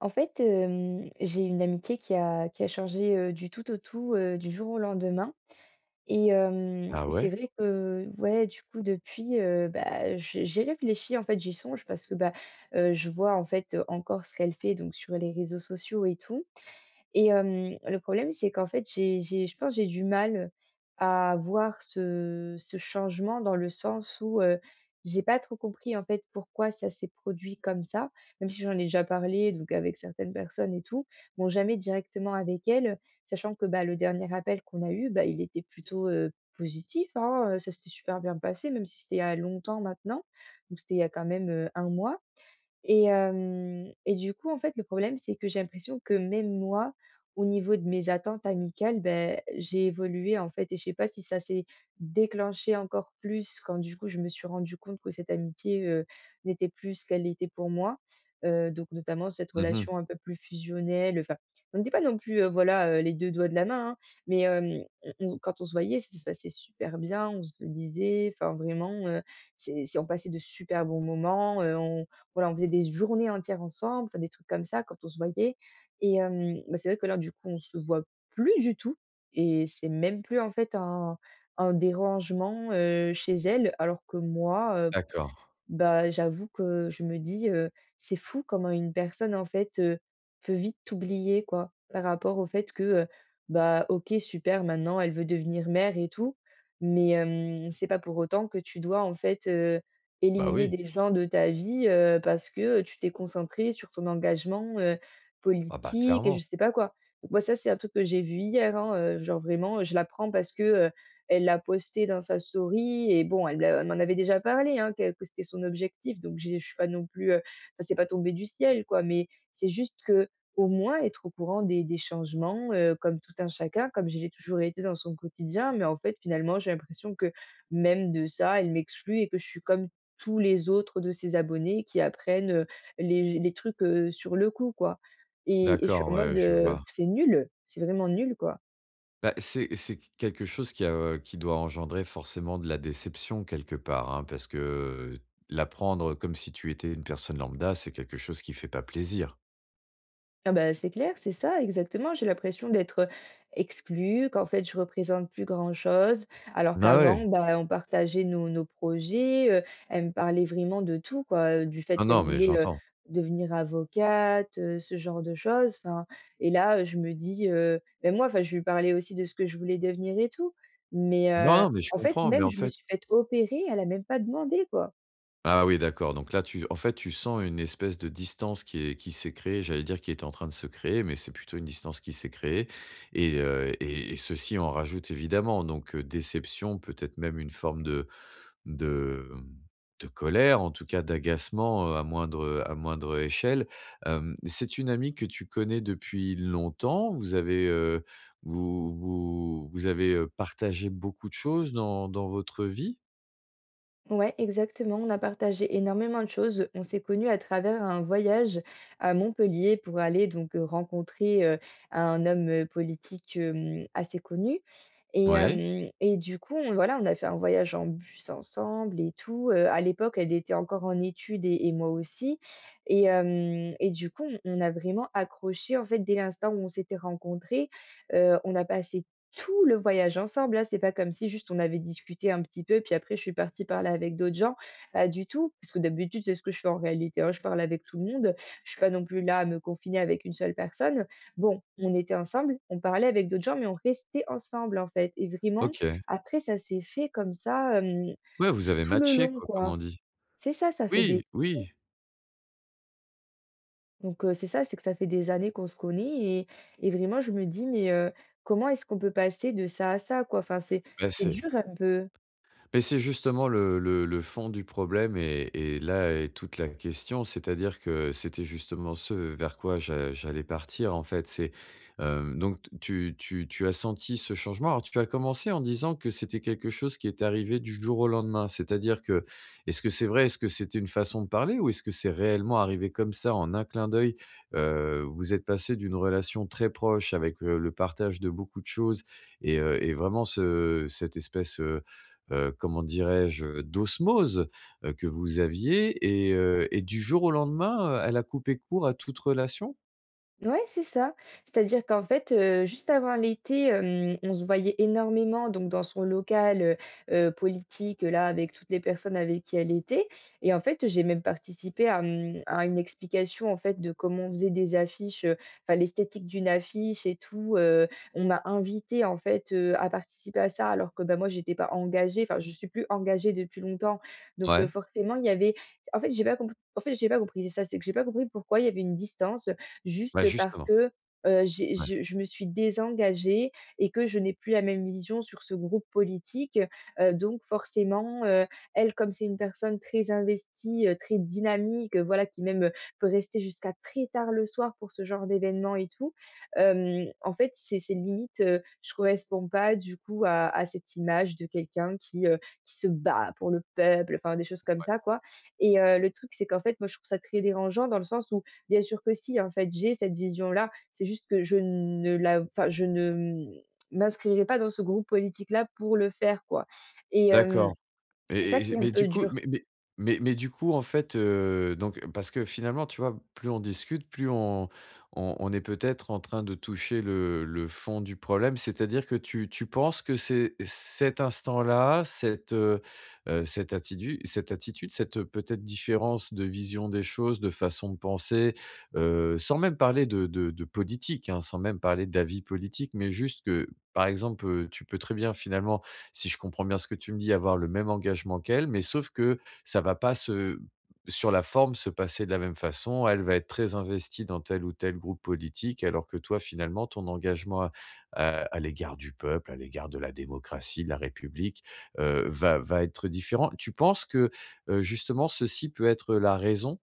En fait, j'ai une amitié qui a changé, du tout au tout, du jour au lendemain et Ah c'est ouais? vrai que, ouais, du coup, depuis, bah, j'ai réfléchi, en fait, j'y songe parce que, bah, je vois, en fait, encore ce qu'elle fait donc sur les réseaux sociaux et tout. Et le problème, c'est qu'en fait, j'ai je pense que j'ai du mal à voir ce changement, dans le sens où, j'ai pas trop compris, en fait, pourquoi ça s'est produit comme ça, même si j'en ai déjà parlé donc avec certaines personnes et tout. Bon, jamais directement avec elles, sachant que, bah, le dernier appel qu'on a eu, bah, il était plutôt, positif, hein, ça s'était super bien passé, même si c'était il y a longtemps maintenant, donc c'était il y a quand même, 1 mois. Et du coup, en fait, le problème, c'est que j'ai l'impression que même moi, au niveau de mes attentes amicales, ben j'ai évolué, en fait, et je sais pas si ça s'est déclenché encore plus quand, du coup, je me suis rendu compte que cette amitié, n'était plus ce qu'elle était pour moi. Donc notamment cette Mmh. relation un peu plus fusionnelle. Enfin, on n'était pas non plus, voilà, les 2 doigts de la main, hein, mais on, quand on se voyait, ça se passait super bien, on se le disait, enfin, vraiment, c'est on passait de super bons moments. On faisait des journées entières ensemble, enfin des trucs comme ça quand on se voyait. Et bah, c'est vrai que là, du coup, on se voit plus du tout et c'est même plus, en fait, un dérangement, chez elle, alors que moi, D'accord. bah, j'avoue que je me dis, «C'est fou comment une personne, en fait, peut vite t'oublier, quoi». Par rapport au fait que, bah, OK, super, maintenant elle veut devenir mère et tout, mais c'est pas pour autant que tu dois, en fait, Bah éliminer oui. des gens de ta vie, parce que tu t'es concentré sur ton engagement, Ah bah politique et je clairement. sais pas quoi. Donc moi, ça, c'est un truc que j'ai vu hier, hein, genre vraiment, je l'apprends, parce que, elle l'a posté dans sa story et bon, elle m'en avait déjà parlé, hein, que c'était son objectif, donc j'ai je suis pas non plus, enfin, c'est pas tombé du ciel, quoi, mais c'est juste que au moins être au courant des changements, comme tout un chacun, comme je l'ai toujours été dans son quotidien. Mais en fait, finalement, j'ai l'impression que même de ça, elle m'exclut et que je suis comme tous les autres de ses abonnés, qui apprennent, les trucs, sur le coup, quoi, et je suis D'accord, en mode, ouais, je vois. c'est nul, c'est vraiment nul, quoi. Bah, c'est quelque chose qui a, qui doit engendrer forcément de la déception quelque part, hein, parce que, l'apprendre comme si tu étais une personne lambda, c'est quelque chose qui fait pas plaisir. Ah bah, c'est clair, c'est ça, exactement. J'ai l'impression d'être, exclue, qu'en fait je représente plus grand-chose, alors Ah qu'avant, ouais. bah, on partageait nos projets, elle me parlait vraiment de tout, quoi, du fait Non, qu'elle non, mais voulait, j'entends. devenir avocate, ce genre de choses, enfin. Et là, je me dis, ben moi, enfin, je lui parlais aussi de ce que je voulais devenir et tout, mais Non, non, mais je en fait, comprends, mais même, en je me fait, suis fait opérer, elle a même pas demandé, quoi. ah oui, d'accord. Donc là, tu en fait, tu sens une espèce de distance qui est qui s'est créée, j'allais dire qui est en train de se créer, mais c'est plutôt une distance qui s'est créée et et ceci en rajoute évidemment. Donc déception, peut-être même une forme de, mmh, de colère, en tout cas d'agacement, à moindre échelle. C'est une amie que tu connais depuis longtemps? Vous avez, vous avez, partagé beaucoup de choses dans votre vie? Ouais, exactement. On a partagé énormément de choses. On s'est connus à travers un voyage à Montpellier, pour aller donc rencontrer un homme politique assez connu. Et, Ouais, euh, et du coup, on, voilà, on a fait un voyage en bus ensemble et tout. À l'époque, elle était encore en études, et moi aussi. Et du coup, on a vraiment accroché, en fait, dès l'instant où on s'était rencontrés. On a passé tout le voyage ensemble, là, c'est pas comme si juste on avait discuté un petit peu, puis après je suis partie parler avec d'autres gens. Pas du tout, parce que d'habitude, c'est ce que je fais en réalité, hein, je parle avec tout le monde. Je suis pas non plus là à me confiner avec une seule personne. Bon, on était ensemble, on parlait avec d'autres gens, mais on restait ensemble, en fait. Et vraiment, OK. après, ça s'est fait comme ça, Ouais, vous tout avez tout le matché long, quoi, comme quoi. on dit. C'est ça, ça fait des Oui, oui, Donc c'est ça, c'est que ça fait des années qu'on se connaît, et vraiment je me dis: «Mais, comment est-ce qu'on peut passer de ça à ça, quoi?» Enfin, c'est bah, c'est c'est dur un peu. mais c'est justement le fond du problème et là est toute la question, c'est-à-dire que c'était justement ce vers quoi j'allais partir, en fait. C'est, donc tu as senti ce changement. Alors tu as commencé en disant que c'était quelque chose qui est arrivé du jour au lendemain, c'est-à-dire que est-ce que c'est vrai? Est-ce que c'était une façon de parler ou est-ce que c'est réellement arrivé comme ça en un clin d'œil? Vous êtes passé d'une relation très proche avec, le partage de beaucoup de choses et et vraiment ce cette espèce, comment dirais-je? D'osmose, que vous aviez et et du jour au lendemain, elle a coupé court à toute relation? Ouais, c'est ça. C'est-à-dire qu'en fait, juste avant l'été, on se voyait énormément donc dans son local, politique, là, avec toutes les personnes avec qui elle était, et en fait, j'ai même participé à, une explication, en fait, de comment on faisait des affiches, enfin l'esthétique d'une affiche et tout, On m'a invité, en fait, à participer à ça, alors que, bah, moi, j'étais pas engagée, enfin, je suis plus engagée depuis longtemps, donc Ouais. forcément, il y avait, en fait, j'ai pas comp en fait, j'ai pas compris, c'est ça, c'est que j'ai pas compris pourquoi il y avait une distance, Bah, juste parce justement, que, j'ai ouais. Je me suis désengagée et que je n'ai plus la même vision sur ce groupe politique. Donc forcément, elle, comme c'est une personne très investie, très dynamique, voilà, qui même, peut rester jusqu'à très tard le soir pour ce genre d'événement et tout. En fait, c'est limite, je correspond pas, du coup, à cette image de quelqu'un qui, qui se bat pour le peuple, enfin des choses comme ça, quoi, et le truc, c'est qu'en fait, moi, je trouve ça très dérangeant, dans le sens où. Bien sûr que si, en fait, j'ai cette vision-là. C'est juste que je ne la enfin, je ne, m'inscrirai pas dans ce groupe politique-là pour le faire, quoi, et D'accord. c'est ça qui Et est un mais du peu coup dur. mais du coup, en fait, donc parce que finalement, tu vois, plus on discute, plus on on est peut-être en train de toucher le fond du problème. C'est-à-dire que tu penses que c'est cet instant-là, cette, cette attitude, cette attitude, cette, peut-être différence de vision des choses, de façon de penser, sans même parler de politique, hein, sans même parler d'avis politique, mais juste que, par exemple, tu peux très bien finalement si je comprends bien ce que tu me dis, avoir le même engagement qu'elle, mais sauf que ça va pas se sur la forme, se passer de la même façon. Elle va être très investie dans tel ou tel groupe politique, alors que toi, finalement, ton engagement à, à l'égard du peuple, à l'égard de la démocratie, de la République, va, va être différent. Tu penses que, justement, ceci peut être la raison?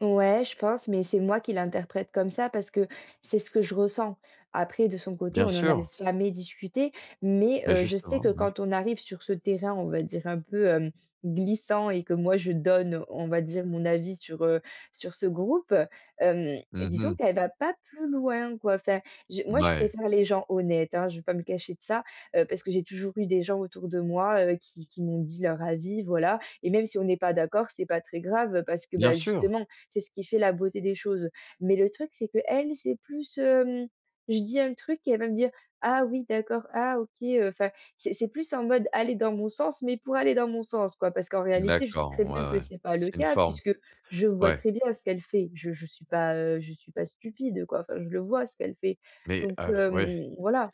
Ouais, je pense, mais c'est moi qui l'interprète comme ça parce que c'est ce que je ressens. Après, de son côté, Bien on n'en a sûr. jamais discuté, mais Ben je sais justement, que oui. quand on arrive sur ce terrain, on va dire un peu, glissant, et que moi je donne, on va dire, mon avis sur, sur ce groupe, hem, disons Mhm. qu'elle va pas plus loin, quoi. Enfin, je moi je Ouais. préfère les gens honnêtes, hein, je vais pas me cacher de ça, parce que j'ai toujours eu des gens autour de moi, qui m'ont dit leur avis, voilà, et même si on n'est pas d'accord, c'est pas très grave, parce que, Bien bah, sûr. justement, c'est ce qui fait la beauté des choses. Mais le truc, c'est que elle, c'est plus, je dis un truc et elle va me dire: «Ah oui, d'accord, ah OK», enfin, c'est plus en mode aller dans mon sens, mais pour aller dans mon sens, quoi. Parce qu'en réalité, je sais très D'accord. Ouais, bien que ouais. c'est pas le C'est une cas, forme. puisque je vois Ouais. très bien ce qu'elle fait. Je suis pas, je suis pas stupide, quoi. Enfin, je le vois ce qu'elle fait. Mais, Donc, ouais. Voilà.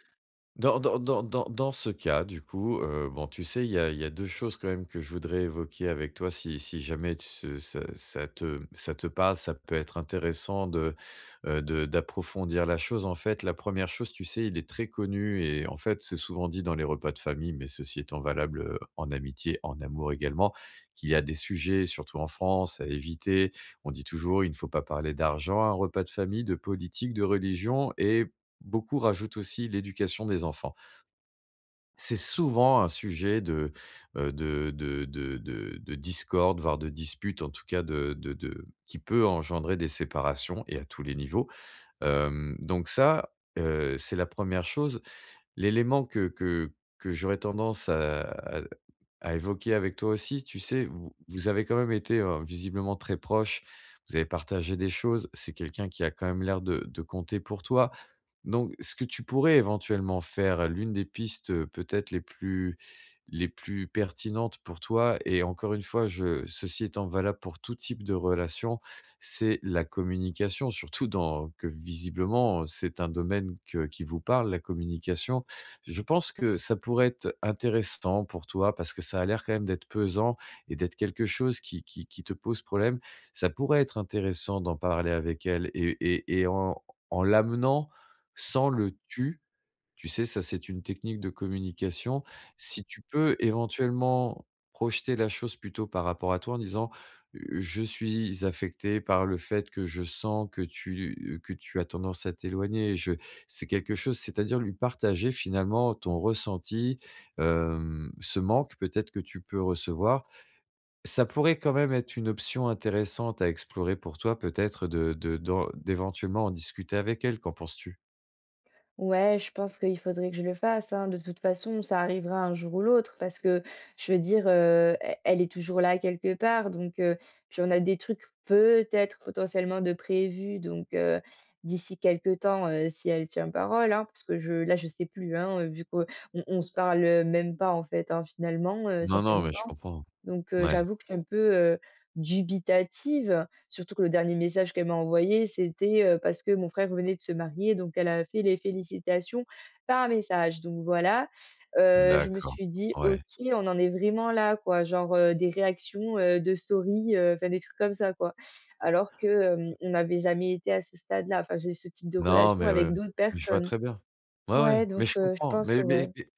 Dans ce cas, du coup, bon, tu sais, il y a 2 choses quand même que je voudrais évoquer avec toi si jamais ce ça te parle, ça peut être intéressant de d'approfondir la chose. En fait, la première chose, tu sais, il est très connu et en fait, c'est souvent dit dans les repas de famille, mais ceci étant valable, en amitié, en amour également, qu'il y a des sujets, surtout en France, à éviter. On dit toujours: «Il ne faut pas parler d'argent à un repas de famille, de politique, de religion» et beaucoup rajoutent aussi l'éducation des enfants. C'est souvent un sujet de de discorde, voire de dispute, en tout cas de qui peut engendrer des séparations et à tous les niveaux. Donc ça, c'est la première chose. L'élément que j'aurais tendance à évoquer avec toi aussi, tu sais, vous avez quand même été, visiblement très proches, vous avez partagé des choses, c'est quelqu'un qui a quand même l'air de compter pour toi. Donc, ce que tu pourrais éventuellement faire, l'une des pistes, peut-être les plus pertinentes pour toi et encore une fois, je ceci étant valable pour tout type de relation, c'est la communication, surtout dans que visiblement, c'est un domaine que qui vous parle, la communication. Je pense que ça pourrait être intéressant pour toi parce que ça a l'air quand même d'être pesant et d'être quelque chose qui te pose problème. Ça pourrait être intéressant d'en parler avec elle et en en l'amenant sans le «tu». Tu sais, ça, c'est une technique de communication. Si tu peux éventuellement projeter la chose plutôt par rapport à toi en disant, je suis affecté par le fait que je sens que tu as tendance à t'éloigner. Je c'est quelque chose c'est-à-dire lui partager finalement ton ressenti, ce manque peut-être que tu peux recevoir. Ça pourrait quand même être une option intéressante à explorer pour toi peut-être de d'éventuellement en discuter avec elle, qu'en penses-tu? Ouais, je pense qu'il faudrait que je le fasse, hein. De toute façon, ça arrivera un jour ou l'autre, parce que je veux dire, e elle est toujours là quelque part, donc puis on a des trucs peut-être potentiellement de prévus, donc d'ici quelque temps, si elle tient parole, hein, parce que je là, je sais plus, hein, vu qu'on on se parle, même pas, en fait, hein, finalement, ça Non, fait non, mais je longtemps. comprends. Donc Ouais. j'avoue que je suis un peu, dubitative, surtout que le dernier message qu'elle m'a envoyé, c'était, parce que mon frère venait de se marier, donc elle a fait les félicitations par message. Donc voilà, je me D'accord, suis dit: «OK, ouais. on en est vraiment là, quoi», genre, des réactions, de story, enfin des trucs comme ça, quoi. Alors que, on n'avait jamais été à ce stade-là. Enfin, j'ai ce type de Non, relation mais ouais, avec d'autres mais je vois personnes. très bien. Ouais, Ouais, ouais, mais donc je je comprends, pense que mais ouais.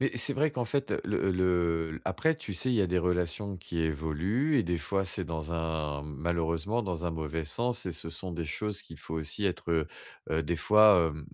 mais c'est vrai qu'en fait, le après, tu sais, il y a des relations qui évoluent et des fois, c'est dans un malheureusement, dans un mauvais sens et ce sont des choses qu'il faut aussi être, des fois,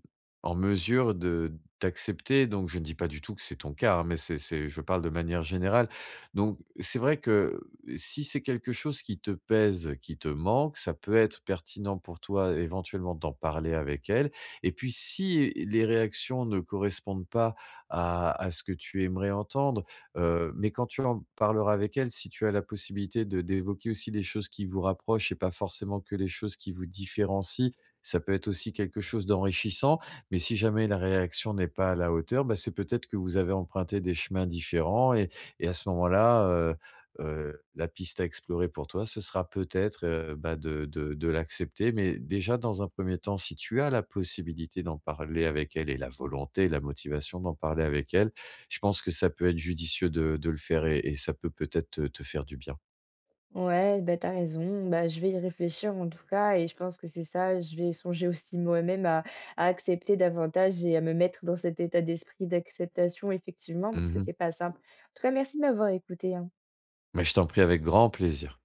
en mesure de d'accepter. Donc je ne dis pas du tout que c'est ton cas, hein, mais c'est je parle de manière générale. Donc c'est vrai que si c'est quelque chose qui te pèse, qui te manque, ça peut être pertinent pour toi éventuellement d'en parler avec elle et puis si les réactions ne correspondent pas à ce que tu aimerais entendre. Mais quand tu en parleras avec elle, si tu as la possibilité de d'évoquer aussi des choses qui vous rapprochent et pas forcément que les choses qui vous différencient, ça peut être aussi quelque chose d'enrichissant. Mais si jamais la réaction n'est pas à la hauteur, bah, c'est peut-être que vous avez emprunté des chemins différents et à ce moment-là, la piste à explorer pour toi, ce sera peut-être, bah, de l'accepter. Mais déjà, dans un premier temps, si tu as la possibilité d'en parler avec elle et la volonté, la motivation d'en parler avec elle, je pense que ça peut être judicieux de le faire et ça peut peut-être te faire du bien. Ouais, bah, t'as raison. Bah, je vais y réfléchir en tout cas, et je pense que c'est ça. Je vais songer aussi moi-même à, accepter davantage et à me mettre dans cet état d'esprit d'acceptation, effectivement, parce que Mmh. c'est pas simple. En tout cas, merci de m'avoir écouté, hein. Mais je t'en prie avec grand plaisir.